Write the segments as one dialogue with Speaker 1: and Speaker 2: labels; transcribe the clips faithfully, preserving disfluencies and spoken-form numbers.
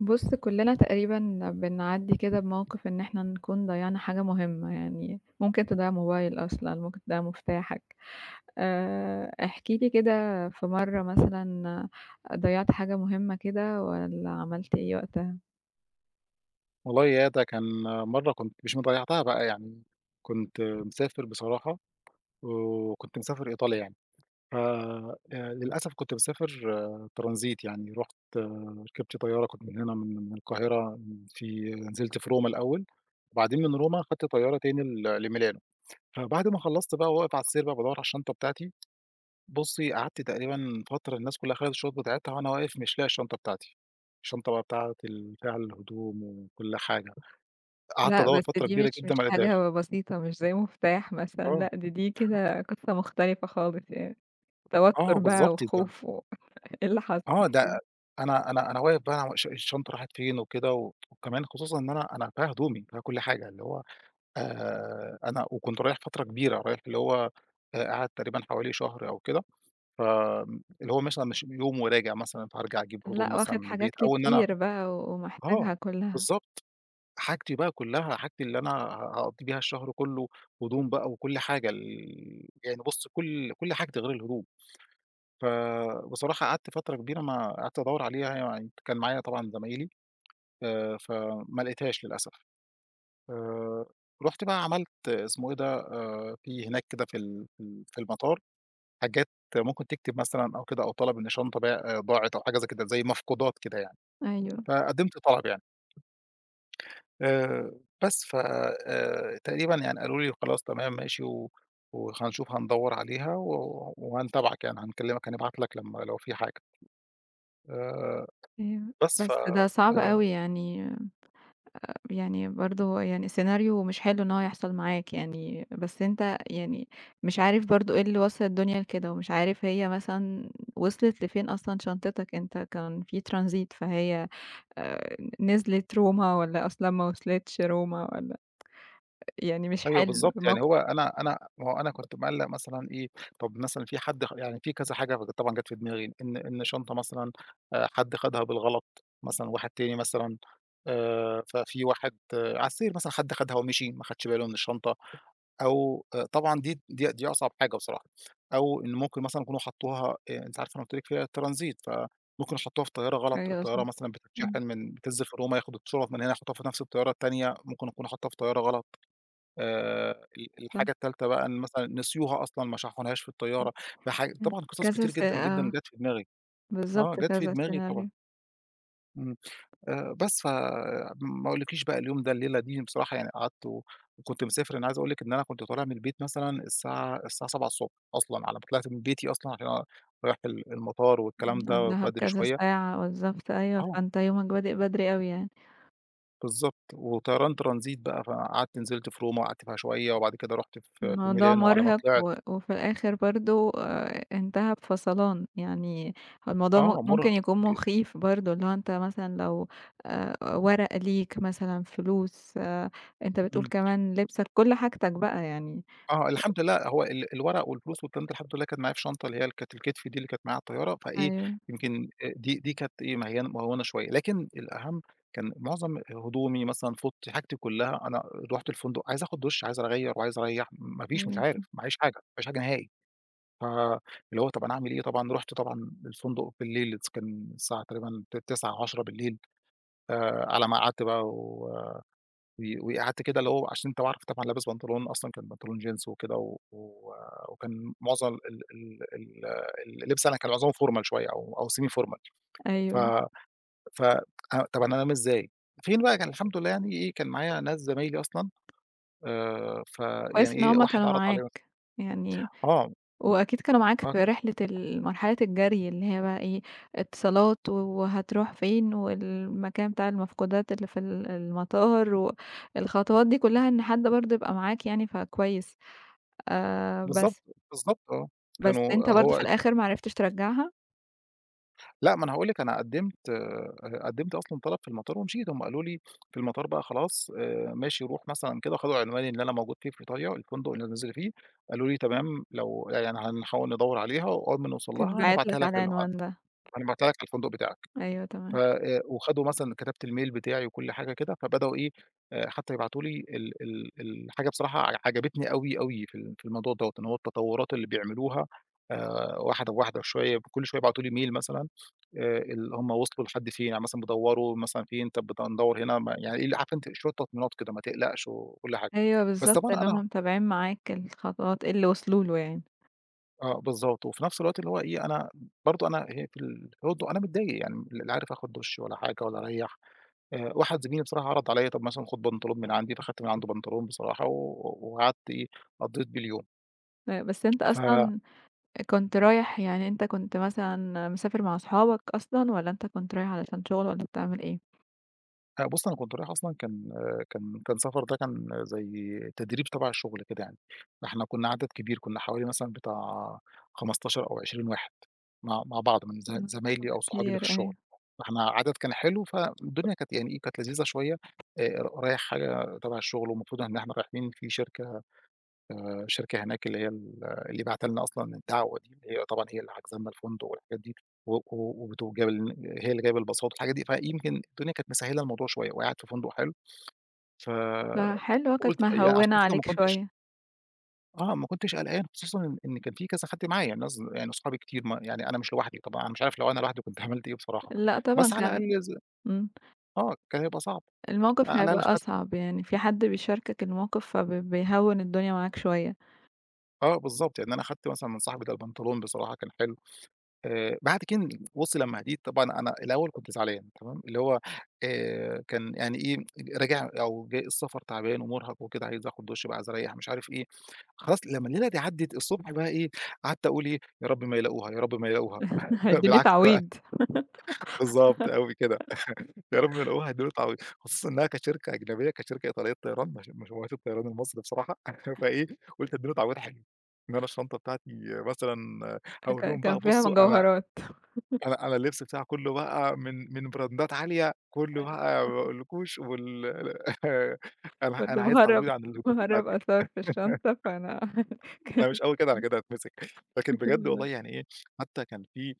Speaker 1: بُص، كُلّنا تقريبًا بنعدّي كده بموقِف إن إحنا نكون ضيّعنا حاجة مهمة، يعني ممكن تضيع موبايل أصلًا، ممكن تضيع مفتاحك. آآ احكِ لي كده في مرّة مثلًا ضيّعت حاجة مهمة كده والّا عملت إيه وقتها؟
Speaker 2: والله ياه! ده كان مرّة كنت مش مضيّعتها بقى يعني، كنت مسافر بصراحة، وكنت مسافر إيطاليا يعني، ف آآ للأسف كنت مسافر آه، ترانزيت يعني، رُحت آه، ركبت طيارة كنت من هنا من من القاهرة في نزلت في روما الأول، وبعدين من روما خدت طيارة تاني ل لميلانو، فبعد ما خلّصت بقى وواقف على السير بقى بادوّر على الشنطة بتاعتي، بُصّي قعدت تقريبًا فترة الناس كلّها خدت الشُّنط بتاعتها وأنا واقف مش لاقي الشنطة بتاعتي، الشنطة بقى بتاعة ال فيها الهدوم وكل حاجة. قعدت
Speaker 1: لأ،
Speaker 2: أدوّر
Speaker 1: بس
Speaker 2: فترة
Speaker 1: دي
Speaker 2: كبيرة
Speaker 1: مش
Speaker 2: جدًا
Speaker 1: مش
Speaker 2: ما لقيتهاش.
Speaker 1: حاجة بسيطة، مش زي مفتاح مثلًا،
Speaker 2: آه،
Speaker 1: لأ دي دي كده قصّة مختلفة خالص يعني، توتُّر
Speaker 2: آه
Speaker 1: بقى
Speaker 2: بالضبط ده،
Speaker 1: وخوف و إيه اللي حصل؟
Speaker 2: آه
Speaker 1: احكِ
Speaker 2: ده
Speaker 1: لي.
Speaker 2: أنا أنا أنا واقف بقى الش الشنطة راحت فين وكده و وكمان خصوصًا إن أنا أنا فيها هدومي، فيها كل حاجة، اللي هو آآ أنا وكنت رايح فترة كبيرة، رايح اللي هو آآ قاعد تقريبًا حوالي شهر أو كده، فآمم اللي هو مثلًا مش يوم وراجع مثلًا، فهارجع أجيب هدوم
Speaker 1: لأ،
Speaker 2: مثلًا
Speaker 1: واخِد
Speaker 2: من
Speaker 1: حاجات
Speaker 2: البيت أو إن أنا
Speaker 1: كتير بقى
Speaker 2: آه،
Speaker 1: ومحتاجها كُلّها.
Speaker 2: بالضبط. حاجتي بقى كلّها، حاجتي اللي أنا ه هاقضّي بيها الشهر كلّه، هدوم بقى وكل حاجة ال يعني بُص كل كل حاجتي غير الهدوم. فبصراحة قعدت فترة كبيرة ما قعدت أدوّر عليها يعني كان معايا طبعًا زمايلي آآ، فما لقيتهاش للأسف. آآ، رُحت بقى عملت اسمه إيه ده، آآ، في هناك كده في ال في ال في المطار حاجات ممكن تكتب مثلًا أو كده أو طلب إن شنطة باع ضاعت أو حاجة زي كده، زي مفقودات كده يعني،
Speaker 1: أيوه.
Speaker 2: فقدّمت طلب يعني. آآ، بس ف آآ، تقريبًا يعني قالوا لي خلاص تمام ماشي و وهنشوف هندوّر عليها و وهنتابعك يعني هنكلمك هنبعت لك لمّا لو في حاجة. آآ
Speaker 1: أيوه،
Speaker 2: بس ف
Speaker 1: بس ده صعب
Speaker 2: آآ
Speaker 1: أوي يعني يعني برضه هو يعني سيناريو مش حلو إن هو يحصل معاك يعني، بس أنت يعني مش عارف برضه إيه اللي وصّل الدنيا لكده، ومش عارف هي مثلًا وصلت لفين أصلًا شنطتك، أنت كان في ترانزيت فهي آآ، نزلت روما والّا أصلًا ما وصلتش روما والّا يعني مش
Speaker 2: أيوه
Speaker 1: حلو
Speaker 2: بالضبط، يعني
Speaker 1: موقف.
Speaker 2: هو أنا أنا ما هو أنا كنت مقلّق مثلًا إيه، طَب مثلًا في حد خ يعني في كذا حاجة ف طبعًا جات في دماغي، إن إن شنطة مثلًا آآ حد خدها بالغلط، مثلًا واحد تاني مثلًا آآ ففي واحد آه، على السرير مثلًا حد خدها ومشي، ما خدش باله من الشنطة. أو آآ طبعًا دي دي دي أصعب حاجة بصراحة، أو إن ممكن مثلًا يكونوا حطّوها آآ أنتِ عارفة أنا قُلت لِك فيها ترانزيت، فممكن حطّوها في طيارة غلط،
Speaker 1: أيوه صح،
Speaker 2: الطيارة مثلًا
Speaker 1: إمم،
Speaker 2: بتتشحن من بتنزل في روما ياخدوا الشُّرَط من هنا يحطّوها في نفس الطيارة التانية، ممكن يكونوا حاطّوها في طيارة غلط، آآ ال
Speaker 1: صح،
Speaker 2: الحاجة التالتة بقى إن مثلًا نسيوها أصلًا ما شحنوهاش في الطيارة، فح
Speaker 1: إمم،
Speaker 2: طبعًا قصص
Speaker 1: كذا
Speaker 2: كتير
Speaker 1: س
Speaker 2: جدًا، جدًا
Speaker 1: آه،
Speaker 2: جات في دماغي، آه
Speaker 1: بالضبط
Speaker 2: جات في
Speaker 1: كذا
Speaker 2: دماغي طبعًا.
Speaker 1: سيناريو،
Speaker 2: إمم. آآ بس فما أقولكيش بقى اليوم ده الليلة دي بصراحة يعني قعدت و وكنت مسافر، أنا عايز أقول لِك إن أنا كنت طالع من البيت مثلًا الساعة الساعة سبعة أصلًا، على ما طلعت من بيتي أصلًا عشان أ رايح ال المطار
Speaker 1: إمم،
Speaker 2: والكلام ده
Speaker 1: قبلها
Speaker 2: بدري
Speaker 1: بكذا
Speaker 2: شوية
Speaker 1: ساعة بالضبط أيوه،
Speaker 2: آه،
Speaker 1: فأنت يومك بادئ بدري أوي يعني.
Speaker 2: بالضبط، وطيران ترانزيت بقى، فقعدت نزلت في روما وقعدت فيها شوية، وبعد كده رُحت في في
Speaker 1: الموضوع
Speaker 2: ميلانو، وعلى ما
Speaker 1: مرهق
Speaker 2: طلعت
Speaker 1: و وفي الآخر برضه آآ انتهى بفَصَلان، يعني هو الموضوع م
Speaker 2: آه، مرهق
Speaker 1: ممكن يكون
Speaker 2: ج
Speaker 1: مخيف برضه، اللي هو أنت مثلًا لو آآ ورق ليك مثلًا، فلوس، آآ أنت بتقول
Speaker 2: إمم.
Speaker 1: كمان لبسك، كل حاجتك بقى يعني.
Speaker 2: آه، الحمد لله هو ال الورق والفلوس والكلام ده الحمد لله كانت معايا في شنطة اللي هي كانت الكتف دي اللي كانت معايا على الطيارة، فإيه
Speaker 1: أيوه،
Speaker 2: يمكن آآ دي دي كانت إيه مهيّنة مهوّنة شوية، لكن الأهم كان معظم هدومي مثلًا فوطتي حاجتي كلها أنا رُحت الفندق عايز آخد دُش، عايز أغيّر وعايز أريّح، ما فيش مش
Speaker 1: أيوه،
Speaker 2: عارف، ما عيش حاجة، ما عيش حاجة نهائي، فاللي هو طَب أنا أعمل إيه، طبعًا رُحت طبعًا الفندق بالليل اتس كان الساعة تقريبًا ت تسعة، عشرة آآ على ما قعدت بقى و و وقعدت كده اللي هو عشان أنت عارف طبعًا لابس بنطلون أصلًا كان بنطلون جينز وكده و و وكان معظم ال ال ال اللبس أنا كان معظمه formal شوية أو أو semi formal ف
Speaker 1: أيوه،
Speaker 2: ف أ طب أنا أنام إزاي؟ فين بقى كان الحمد لله يعني إيه، كان معايا ناس زمايلي أصلًا آآ، فيعني
Speaker 1: كويس إن
Speaker 2: إيه
Speaker 1: هُم
Speaker 2: واحد
Speaker 1: كانوا
Speaker 2: عرض
Speaker 1: معاك،
Speaker 2: عليَّ
Speaker 1: يعني
Speaker 2: آه،
Speaker 1: وأكيد كانوا معاك
Speaker 2: آه،
Speaker 1: في رحلة ال مرحلة الجري اللي هي بقى إيه، اتصالات و وهتروح فين والمكان بتاع المفقودات اللي في ال المطار والخطوات دي كلّها إن حد برضه يبقى معاك يعني فكويس. آآ
Speaker 2: بالضبط،
Speaker 1: بس،
Speaker 2: بالضبط آه،
Speaker 1: بس أنت
Speaker 2: كانوا
Speaker 1: برضه في
Speaker 2: هو
Speaker 1: الآخر ما عرفتش ترجّعها؟
Speaker 2: لأ، ما أنا هاقول لِك أنا قدّمت آآ، قدّمت أصلًا طلب في المطار ومشيت، هُم قالوا لي في المطار بقى خلاص آآ، ماشي روح مثلًا كده خدوا عنواني اللي أنا موجود فيه في إيطاليا، الفندق اللي أنا نازل فيه، قالوا لي تمام لو يعني هنحاول ندوّر عليها وأول ما نوصل لها
Speaker 1: تتبعت
Speaker 2: هنبعتها
Speaker 1: لك على
Speaker 2: لك للع
Speaker 1: العنوان ده.
Speaker 2: هنبعتها لك على الفندق بتاعك،
Speaker 1: أيوه
Speaker 2: ف
Speaker 1: تمام.
Speaker 2: آآ، وخدوا مثلًا كتبت الميل بتاعي وكل حاجة كده، فبدأوا إيه آآ، حتى يبعتوا لي ال ال الحاجة بصراحة ع عجبتني أوي، أوي في ال في الموضوع دوّة، إن هو التطورات اللي بيعملوها آآ، واحدة بواحدة شوية كل شوية يبعتوا لي ميل مثلًا آآ ال هم وصلوا لحد فين، يعني مثلًا بيدوّروا مثلًا فين، طب بت ندوّر هنا ما يعني إيه اللي عارفة أنتِ شوية تطمينات كده ما تقلقش وكل حاجة،
Speaker 1: أيوه
Speaker 2: بس
Speaker 1: بالضبط،
Speaker 2: طبعًا
Speaker 1: اللي هُم
Speaker 2: أنا
Speaker 1: متابعين معاك الخطوات، اللي وصلوا له يعني.
Speaker 2: آه بالضبط، وفي نفس الوقت اللي هو إيه، أنا برضه أنا هي في الهدوء أنا متضايق يعني لا عارف آخد دُش ولا حاجة ولا أريّح، آآ واحد زميلي بصراحة عرض عليّا طب مثلًا خُد بنطلون من عندي، فاخدت من عنده بنطلون بصراحة و وقعدت إيه، قضّيت بيه اليوم
Speaker 1: آآ بس أنت
Speaker 2: ف
Speaker 1: أصلًا كنت رايح يعني أنت كنت مثلًا مسافر مع أصحابك أصلًا والّا أنت كنت رايح علشان شغل والّا بتعمل إيه؟
Speaker 2: لأ بُص، أنا كنت رايح أصلًا كان آه، كان كان سفر ده كان زي تدريب تبع الشغل كده يعني، فإحنا كنا عدد كبير، كنا حوالي مثلًا بتاع خمستاشر أو عشرين واحد مع مع بعض من ز
Speaker 1: إمم، طب
Speaker 2: زمايلي أو صحابي اللي في
Speaker 1: كتير
Speaker 2: الشغل،
Speaker 1: أيوه،
Speaker 2: فإحنا عدد كان حلو، فالدنيا كانت يعني إيه، كانت لذيذة شوية، آآ رايح حاجة تبع الشغل والمفروض إن إحنا رايحين في شركة آآ شركة هناك اللي هي ال اللي باعتة لنا أصلًا الدعوة دي، اللي هي طبعًا هي اللي حاجزة لنا الفندق والحاجات دي، و و وبتو جاب ال هي اللي جايبة الباصات والحاجات دي، فيمكن الدنيا كانت مسهّلة الموضوع شوية وقاعد في فندق حلو،
Speaker 1: فحلو
Speaker 2: فقُلت
Speaker 1: كانت
Speaker 2: يعني
Speaker 1: مهوّنة
Speaker 2: عشان كده ما
Speaker 1: عليك
Speaker 2: كنتش
Speaker 1: شوية.
Speaker 2: آه، ما كنتش قلقان خصوصًا إن إن كان في كذا حد معايا، ناس يعني أصحابي كتير ما يعني أنا مش لوحدي طبعًا، أنا مش عارف لو أنا لوحدي كنت عملت إيه بصراحة،
Speaker 1: لأ
Speaker 2: بس
Speaker 1: طبعًا
Speaker 2: على
Speaker 1: كان
Speaker 2: الأقل ز
Speaker 1: إمم،
Speaker 2: آه، كان هيبقى صعب،
Speaker 1: الموقف
Speaker 2: على الأقل
Speaker 1: هيبقى
Speaker 2: خدت
Speaker 1: أصعب يعني في حد بيشاركك الموقف فب بيهوّن الدنيا معاك شوية.
Speaker 2: آه بالضبط، يعني أنا خدت مثلًا من صاحبي ده البنطلون بصراحة كان حلو. آآ بعد كن بُصّي لمّا هديت طبعًا أنا الأول كنت زعلان تمام، اللي هو آآ كان يعني إيه، راجع أو جاي السفر تعبان ومُرهق وكده عايز آخُد دُش بقى، عايز أريّح مش عارف إيه، خلاص لمّا الليلة دي عدِّت الصبح بقى إيه، قعدت أقول إيه، يا رب ما يلاقوها، يا رب ما يلاقوها
Speaker 1: هيدّيني
Speaker 2: بالعكس بقى
Speaker 1: تعويض.
Speaker 2: بالضبط أوي كده، يا رب ما يلاقوها هيدّوا له تعويض، خصوصًا إنها كشركة أجنبية، كشركة إيطالية طيران مش مش هو الطيران المصري بصراحة فإيه، قُلت هادّي له تعويض حلو، إن أنا الشنطة بتاعتي مثلًا هاقول
Speaker 1: ك
Speaker 2: لهم
Speaker 1: كان
Speaker 2: بقى
Speaker 1: فيها
Speaker 2: بُصّوا أنا
Speaker 1: مجوهرات.
Speaker 2: أنا أنا اللبس بتاعي كلّه بقى من من براندات عالية، كلّه
Speaker 1: أيوه،
Speaker 2: بقى ما أقولكوش وال أنا
Speaker 1: كنت
Speaker 2: أنا عايز تعويض
Speaker 1: مهرّب
Speaker 2: عن الهدوم
Speaker 1: مهرّب
Speaker 2: بتاعتي
Speaker 1: آثار في الشنطة فأنا
Speaker 2: لأ مش
Speaker 1: كانت
Speaker 2: أوي كده، أنا كده هاتمسك. لكن بجد والله يعني إيه، حتى كان في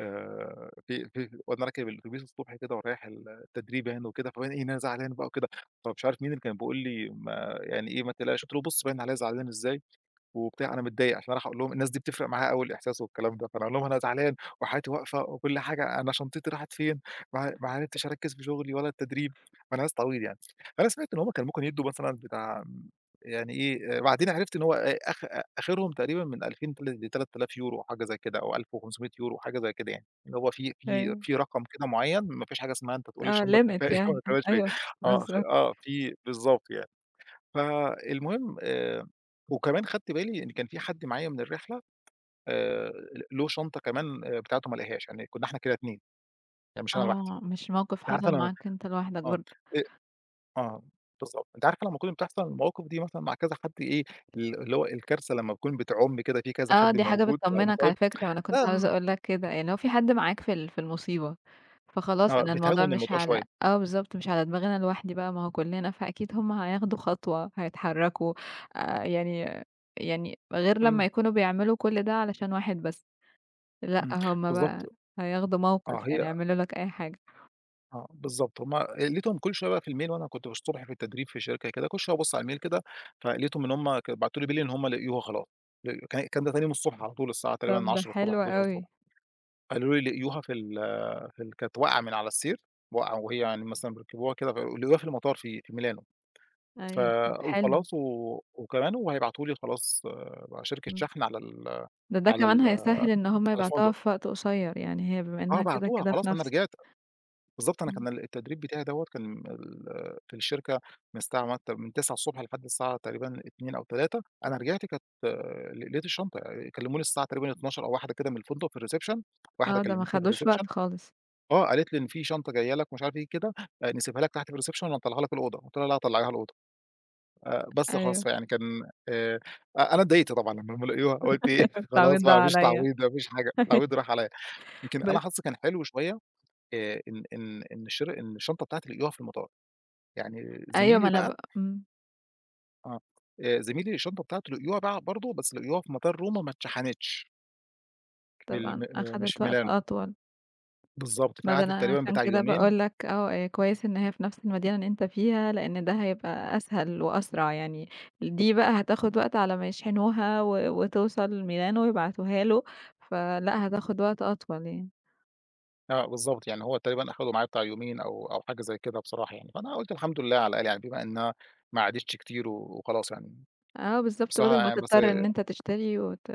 Speaker 2: آآ في في وأنا راكب الأتوبيس الصبح كده ورايح ال التدريب يعني وكده، فباين إيه إن أنا زعلان بقى وكده، فمش عارف مين اللي كان بيقول لي ما يعني إيه: "ما تقلقش." قُلت له: "بُص باين عليّا زعلان إزاي." وبتاع، أنا متضايق عشان رايح أقول لهم الناس دي بتفرق معاها أوي الإحساس والكلام ده، فأنا أقول لهم أنا زعلان وحياتي واقفة وكل حاجة، أنا شنطتي راحت فين، ما ما عرفتش أركّز في شغلي ولا التدريب، فأنا ناس طويل يعني. فأنا سمعت إن هم كان ممكن يدّوا مثلًا بتاع يعني إيه، آه، بعدين عرفت إن هو آآ آخ آه، آخرهم تقريبًا من ألفين ل ثلاثة آلاف يورو حاجة زي كده أو ألف وخمسمائة€ حاجة زي كده يعني، اللي هو في في
Speaker 1: أيوه،
Speaker 2: في رقم كده معيّن ما فيش حاجة اسمها أنت تقول لي
Speaker 1: آه
Speaker 2: الشنطة كان
Speaker 1: limit
Speaker 2: فيها إيه وما
Speaker 1: يعني أ
Speaker 2: كانش فيها إيه.
Speaker 1: أيوه،
Speaker 2: آه،
Speaker 1: بالضبط.
Speaker 2: آه، في بالضبط يعني. فالمهم آآ وكمان خدت بالي إن كان في حد معايا من الرحلة آآ ل له شنطة كمان آآ بتاعته ما لقاهاش، يعني كنا إحنا كده اتنين يعني مش أنا لوحدي.
Speaker 1: آه، مش موقف
Speaker 2: أنتِ عارفة
Speaker 1: حصل
Speaker 2: أنا
Speaker 1: معاك أنت لوحدك
Speaker 2: آه،
Speaker 1: برضه.
Speaker 2: آآ آه بالضبط. أنتِ عارفة لمّا كنت بتحصل المواقف دي مثلًا مع كذا حد إيه، ال اللي هو الكارثة لمّا تكون بتعُم كده في كذا
Speaker 1: آه،
Speaker 2: حد
Speaker 1: دي حاجة
Speaker 2: موجود،
Speaker 1: بتطمنّك على
Speaker 2: فمصايب
Speaker 1: فكرة، وأنا كنت عاوزة
Speaker 2: آمم،
Speaker 1: أقول لك كده، يعني لو في حد معاك في ال في المصيبة،
Speaker 2: آه،
Speaker 1: فخلاص
Speaker 2: آه،
Speaker 1: أنا الموضوع
Speaker 2: بتهوّن
Speaker 1: مش
Speaker 2: الموضوع
Speaker 1: على
Speaker 2: شوية.
Speaker 1: آه بالضبط، مش على دماغي أنا لوحدي بقى، ما هو كلنا، فأكيد هُم هياخدوا خطوة، هيتحرّكوا، آآ يعني يعني غير لمّا
Speaker 2: إمم،
Speaker 1: يكونوا بيعملوا كل ده علشان واحد بس، لأ
Speaker 2: إمم،
Speaker 1: هُم بقى
Speaker 2: بالضبط.
Speaker 1: هياخدوا
Speaker 2: آه،
Speaker 1: موقف، يعني
Speaker 2: هي
Speaker 1: يعملوا لك أي حاجة.
Speaker 2: آه، بالضبط، هم لقيتهم كل شوية بقى في الmail وأنا كنت الصبح في التدريب في شركة كده، كل شوية أبُص على الmail كده، فلقيتهم إن هم ك بعتوا لي بالليل إن هم لقيوها خلاص، ل كان الكلام ده تاني يوم الصبح على طول الساعة
Speaker 1: طب
Speaker 2: تقريبًا
Speaker 1: ده
Speaker 2: عشرة
Speaker 1: حلو أوي،
Speaker 2: أحد عشر قالوا لي لقيوها في ال في ال كانت واقعة من على السير، واقعة وهي يعني مثلًا بيركبوها كده ف لقيوها في المطار في في ميلانو، ف
Speaker 1: أيوه، طب حلو،
Speaker 2: وخلاص و وكمان وهيبعتوا لي خلاص بقى شركة
Speaker 1: إمم.
Speaker 2: شحن على ال
Speaker 1: ده ده
Speaker 2: على
Speaker 1: كمان
Speaker 2: ال
Speaker 1: هيسهّل إن هم
Speaker 2: على
Speaker 1: يبعتوها
Speaker 2: الفندق،
Speaker 1: في وقت قصيّر، يعني هي بما
Speaker 2: آه،
Speaker 1: إنها كده،
Speaker 2: بعتوها
Speaker 1: كده في
Speaker 2: خلاص أنا
Speaker 1: نفس
Speaker 2: رجعت. بالضبط، أنا
Speaker 1: إمم،
Speaker 2: كان ال التدريب بتاعي دوّة كان ال في الشركة من الساعة مثلًا من تسعة لحد الساعة تقريبًا اتنين أو تلاتة أنا رجعت كانت ل لقيت الشنطة، كلموني الساعة تقريبًا اتناشر أو واحدة كده من الفندق في الreception. واحدة
Speaker 1: آه، ده ما
Speaker 2: كلمتني في
Speaker 1: خدوش وقت
Speaker 2: الreception،
Speaker 1: خالص،
Speaker 2: آه، قالت لي: "إن في شنطة جاية لك" ومش عارف إيه كده، "آآ نسيبها لك تحت في الreception والّا نطلّعها لك الأوضة؟" قُلت لها: "لأ، طلّعيها الأوضة." آآ بس خلاص،
Speaker 1: أيوه
Speaker 2: فيعني كان آآ أ أنا اتضايقت طبعًا لمّا هم لقيوها، قُلت إيه خلاص
Speaker 1: التعويض ده
Speaker 2: بقى ما فيش
Speaker 1: عليّا.
Speaker 2: تعويض، ما فيش حاجة، التعويض راح عليّا. يمكن أنا
Speaker 1: بس
Speaker 2: حظي كان حلو شوية، آآ إن إن إن الشر إن الشنطة بتاعتي لقيوها في المطار. يعني
Speaker 1: أيوه ما
Speaker 2: زميلي
Speaker 1: أنا
Speaker 2: بقى
Speaker 1: ب إمم،
Speaker 2: آه، آآ زميلي الشنطة بتاعته لقيوها بقى برضه، بس لقيوها في مطار روما ما اتشحنتش، في الم
Speaker 1: طبعًا
Speaker 2: آآ مش
Speaker 1: أخدت
Speaker 2: في
Speaker 1: وقت
Speaker 2: ميلانو.
Speaker 1: أطول،
Speaker 2: بالضبط،
Speaker 1: ما ده
Speaker 2: فقعدت
Speaker 1: أنا
Speaker 2: تقريبًا
Speaker 1: عشان
Speaker 2: بتاع
Speaker 1: كده
Speaker 2: يومين.
Speaker 1: باقول لك آه، آآ، كويس إن هي في نفس المدينة اللي أنت فيها، لإن ده هيبقى أسهل وأسرع يعني، دي بقى هتاخد وقت على ما يشحنوها و وتوصل ميلانو ويبعتوها له، فلأ هتاخد وقت أطول يعني.
Speaker 2: آه، بالضبط، يعني هو تقريبًا أخده معاه بتاع يومين أو أو حاجة زي كده بصراحة يعني، فأنا قُلت الحمد لله على الأقل، يعني بما إنها ما عادتش كتير و وخلاص يعني.
Speaker 1: آه بالضبط،
Speaker 2: بصراحة
Speaker 1: بدل ما
Speaker 2: يعني، بس
Speaker 1: تضطر إن أنت تشتري وت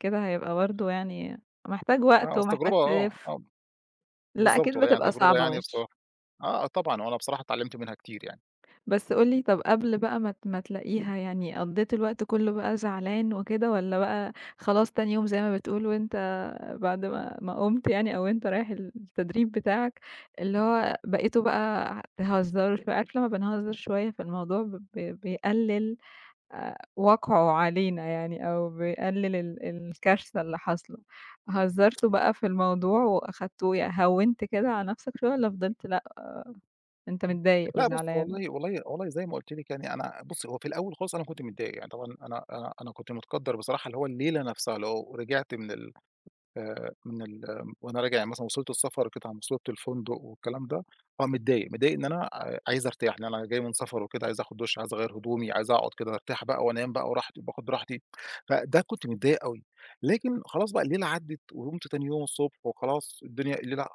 Speaker 1: كده هيبقى برضه يعني محتاج وقت
Speaker 2: آه، بس
Speaker 1: ومحتاج
Speaker 2: تجربة. آه،
Speaker 1: تلِف.
Speaker 2: آه،
Speaker 1: لأ أكيد
Speaker 2: بالضبط والله يعني
Speaker 1: بتبقى
Speaker 2: تجربة
Speaker 1: صعبة
Speaker 2: يعني
Speaker 1: مش
Speaker 2: بصراحة. آه، طبعًا وأنا بصراحة اتعلمت منها كتير يعني.
Speaker 1: بس قُل لي طَب قبل بقى ما ت ما تلاقيها يعني قضّيت الوقت كُلّه بقى زعلان وكده والّا بقى خلاص تاني يوم زي ما بتقول وأنت بعد ما ما قُمت يعني أو وأنت رايح التدريب بتاعك، اللي هو بقيتوا بقى تهزّروا شوية عارف لمّا بنهزّر شوية فالموضوع ب ب بيقلِّل آآ وقعه علينا يعني أو بيقلل ال الكارثة اللي حاصلة، هزّرته بقى في الموضوع وأخدته يع هوّنت كده على نَفْسك شوية والّا فضلت لأ، أنت متضايق
Speaker 2: لأ، بُصّي،
Speaker 1: وزعلان؟
Speaker 2: والله والله والله زي ما قُلت لِك، يعني أنا بُصّي، هو في الأول خالص أنا كنت متضايق. يعني طبعًا أنا أنا أنا كنت متقدّر بصراحة، اللي هو الليلة نفسها، اللي هو ورجعت من ال، آآ من ال، آه، وأنا راجع يعني مثلًا، وصلت السفر كده على مصيبة الفندق والكلام ده، آه متضايق، متضايق، إن أنا ع عايز أرتاح، لإن أنا جاي من سفر وكده، عايز آخد دُش، عايز أغيّر هدومي، عايز أقعد كده أرتاح بقى وأنام بقى وراحتي وباخد راحتي. فده كنت متضايق أوي. لكن خلاص بقى، الليلة عدّت وقُمت تاني يوم الصبح، وخلاص الدنيا الليلة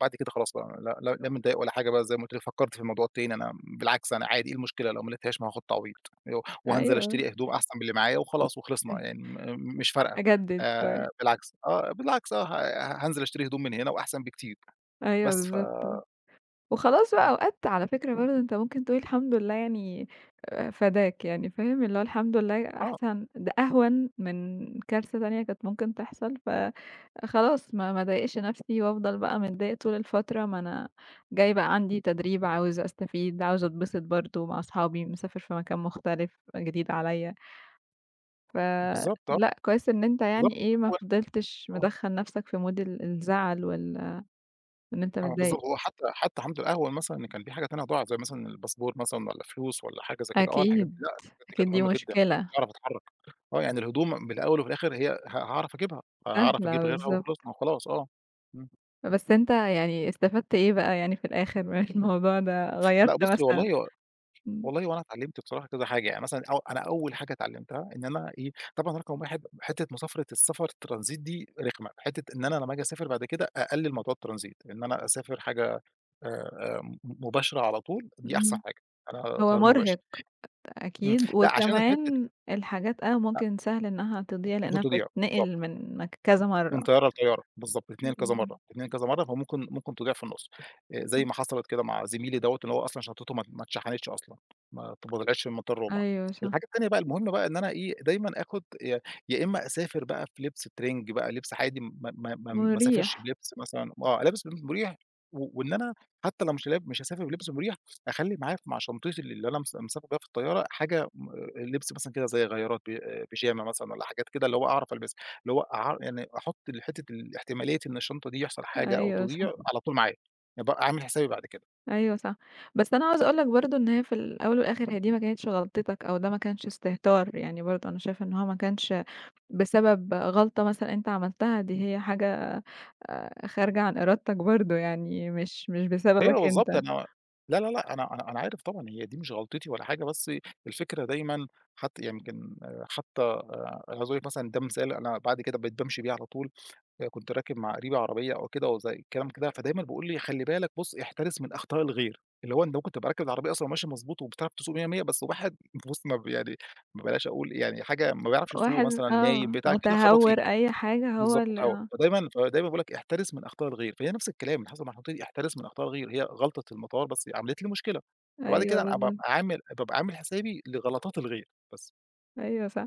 Speaker 2: بعد كده خلاص بقى، لا لا لا متضايق ولا حاجة بقى، زي ما قُلت لِك، فكّرت في الموضوع تاني. أنا بالعكس، أنا عادي، إيه المشكلة لو ما لقيتهاش، ما هاخد تعويض، و وهانزل
Speaker 1: أيوه،
Speaker 2: أشتري هدوم أحسن من اللي معايا، وخلاص وخلصنا
Speaker 1: أيوه،
Speaker 2: يعني، م مش فارقة.
Speaker 1: أجدد شوية،
Speaker 2: آآ بالعكس، آه، بالعكس، آه، ه هانزل أشتري هدوم من هنا وأحسن بكتير.
Speaker 1: أيوه
Speaker 2: بس ف
Speaker 1: بالضبط. وخلاص بقى
Speaker 2: إمم.
Speaker 1: أوقات على فكرة برضه أنت ممكن تقول الحمد لله يعني آآ فداك يعني فاهم، اللي هو الحمد لله
Speaker 2: آه،
Speaker 1: أحسن ده أهون من كارثة تانية كانت ممكن تحصل، فخلاص ما ما اضايقش نفسي وأفضل بقى متضايق طول الفترة، ما أنا جاي بقى عندي تدريب عاوزة أستفيد، عاوزة أتبسط برضه مع أصحابي، مسافر في مكان مختلف جديد عليَّ،
Speaker 2: بالضبط، آه،
Speaker 1: فلأ كويس إن أنت
Speaker 2: بالضبط،
Speaker 1: يعني إيه ما
Speaker 2: أول
Speaker 1: فضلتش
Speaker 2: آه،
Speaker 1: مدخّل نفسك في مود ال الزعل وال إن أنت
Speaker 2: آه، بالضبط،
Speaker 1: متضايق.
Speaker 2: هو حتى حتى الحمد لله، أول مثلًا، إن كان في حاجة تانية ضاعت، زي مثلًا الباسبور مثلًا والّا فلوس والّا حاجة زي كده، آه، الحاجات دي
Speaker 1: أكيد،
Speaker 2: لأ، الحاجات دي كانت
Speaker 1: أكيد دي
Speaker 2: مهمة جدًا، ما كنتش
Speaker 1: مشكلة.
Speaker 2: هاعرف أتحرّك. آه، يعني الهدوم بالأول وفي الآخر هي ه هاعرف أجيبها، هاعرف
Speaker 1: سهلة
Speaker 2: أجيب غيرها
Speaker 1: بالضبط.
Speaker 2: وخلصنا وخلاص آه. إمم.
Speaker 1: بس أنت يعني استفدت إيه بقى يعني في الآخر من الموضوع ده؟
Speaker 2: لأ،
Speaker 1: غيّرت
Speaker 2: بُصّي،
Speaker 1: مثلًا
Speaker 2: والله هو،
Speaker 1: إمم،
Speaker 2: والله هو أنا اتعلّمت بصراحة كذا حاجة. يعني مثلًا، أو أنا أول حاجة اتعلّمتها إن أنا إيه، طبعًا رقم واحد، حتّة مسافرة السفر الترانزيت دي رخمة، حتّة إن أنا لمّا آجي أسافر بعد كده أقلّل موضوع الترانزيت، إن أنا أسافر حاجة آآ م مباشرة على طول، دي أحسن
Speaker 1: اهم.
Speaker 2: حاجة، أنا
Speaker 1: هو
Speaker 2: طيار مباشر.
Speaker 1: مرهق
Speaker 2: إمم،
Speaker 1: أكيد،
Speaker 2: لأ، عشان الحتّة
Speaker 1: وكمان
Speaker 2: دي
Speaker 1: الحاجات آه، ممكن سهل إنها تضيع
Speaker 2: ممكن
Speaker 1: لإنها
Speaker 2: تضيع،
Speaker 1: بتتنقل
Speaker 2: بالضبط.
Speaker 1: من مك كذا
Speaker 2: من
Speaker 1: مرّة.
Speaker 2: طيارة لطيارة، بالضبط، تتنقل كذا
Speaker 1: إمم،
Speaker 2: مرّة، تتنقل كذا مرّة، فممكن ممكن تضيع في النُص، آآ زي
Speaker 1: آه،
Speaker 2: ما حصلت كده مع زميلي دوّة، اللي هو أصلًا شنطته ما ما اتشحنتش أصلًا، ما ت ما طلعتش من مطار روما.
Speaker 1: أيوه صح،
Speaker 2: الحاجة التانية بقى، المهم بقى إن أنا إيه، دايمًا آخُد، يا يا إمّا أسافر بقى في لبس ترنج بقى، لبس عادي، ما ما ما ما أسافرش
Speaker 1: مُريح.
Speaker 2: بلبس، مثلًا آه، لابس م مُريح. و وإن أنا حتى لو مش لاب مش هاسافر بلبس مُريح، أخلّي معايا ف مع شنطتي ال اللي أنا مس مسافر بيها في الطيارة حاجة م لبس مثلًا كده زي غيّارات ب بيجامة مثلًا والّا حاجات كده اللي هو أعرف ألبسها. اللي هو أع يعني أحُط ال حتّة ال احتمالية إن الشنطة دي يحصل حاجة أو
Speaker 1: أيوه
Speaker 2: تضيع
Speaker 1: صح،
Speaker 2: على طول معايا، أبقى عامل حسابي بعد كده.
Speaker 1: أيوه صح. بس أنا عاوزة أقول لك برضه إن هي في الأول والآخر هي دي ما كانتش غلطتك أو ده ما كانش استهتار، يعني برضه أنا شايفة إن هو ما كانش بسبب غلطة مثلًا أنت عملتها، دي هي حاجة آآ خارجة عن إرادتك برضه يعني مش مش
Speaker 2: أيوه
Speaker 1: بسببك
Speaker 2: بالضبط،
Speaker 1: أنت.
Speaker 2: أنا لا، لا، لأ، أنا أنا أنا عارف طبعًا هي دي مش غلطتي ولا حاجة، بس الفكرة دايمًا. حتّى يمكن آه، حتّى آآ، أنا عايز أقول لِك مثلًا، ده مثال أنا بعد كده بقيت بامشي بيه على طول. آآ كنت راكب مع قريبي عربية أو كده وزي الكلام كده، فدايمًا بيقول لي: "خلّي بالك، بُص، احترس من أخطاء الغير"، اللي هو أنت ممكن تبقى راكب العربية أصلًا وماشي مضبوط وبتعرف تسوق مية، مية، بس واحد بُص ما ب يعني، ما بلاش أقول يعني حاجة، ما بيعرفش يسوق
Speaker 1: واحد
Speaker 2: مثلًا، نايم
Speaker 1: آه،
Speaker 2: بتاع كده، خبط
Speaker 1: متهور
Speaker 2: فيك.
Speaker 1: أي حاجة هو
Speaker 2: بالضبط آه،
Speaker 1: اللي
Speaker 2: فدايمًا فدايمًا بيقول لك احترس من أخطاء الغير، فهي نفس الكلام اللي حصل مع الخطيب، احترس من أخطاء الغير، هي غلطة المطار بس عملت لي مشكلة، فبعد
Speaker 1: أيوه
Speaker 2: كده أنا بابقى
Speaker 1: بالضبط،
Speaker 2: عامل، بابقى عامل حسابي لغلطات الغير بس.
Speaker 1: أيوه صح.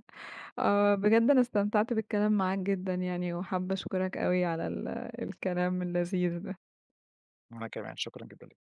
Speaker 1: آه، بجد أنا استمتعت بالكلام معاك جدًا يعني، وحابة أشكرك أوي على ال الكلام اللذيذ ده.
Speaker 2: وأنا كمان شكرًا جدًا ليك.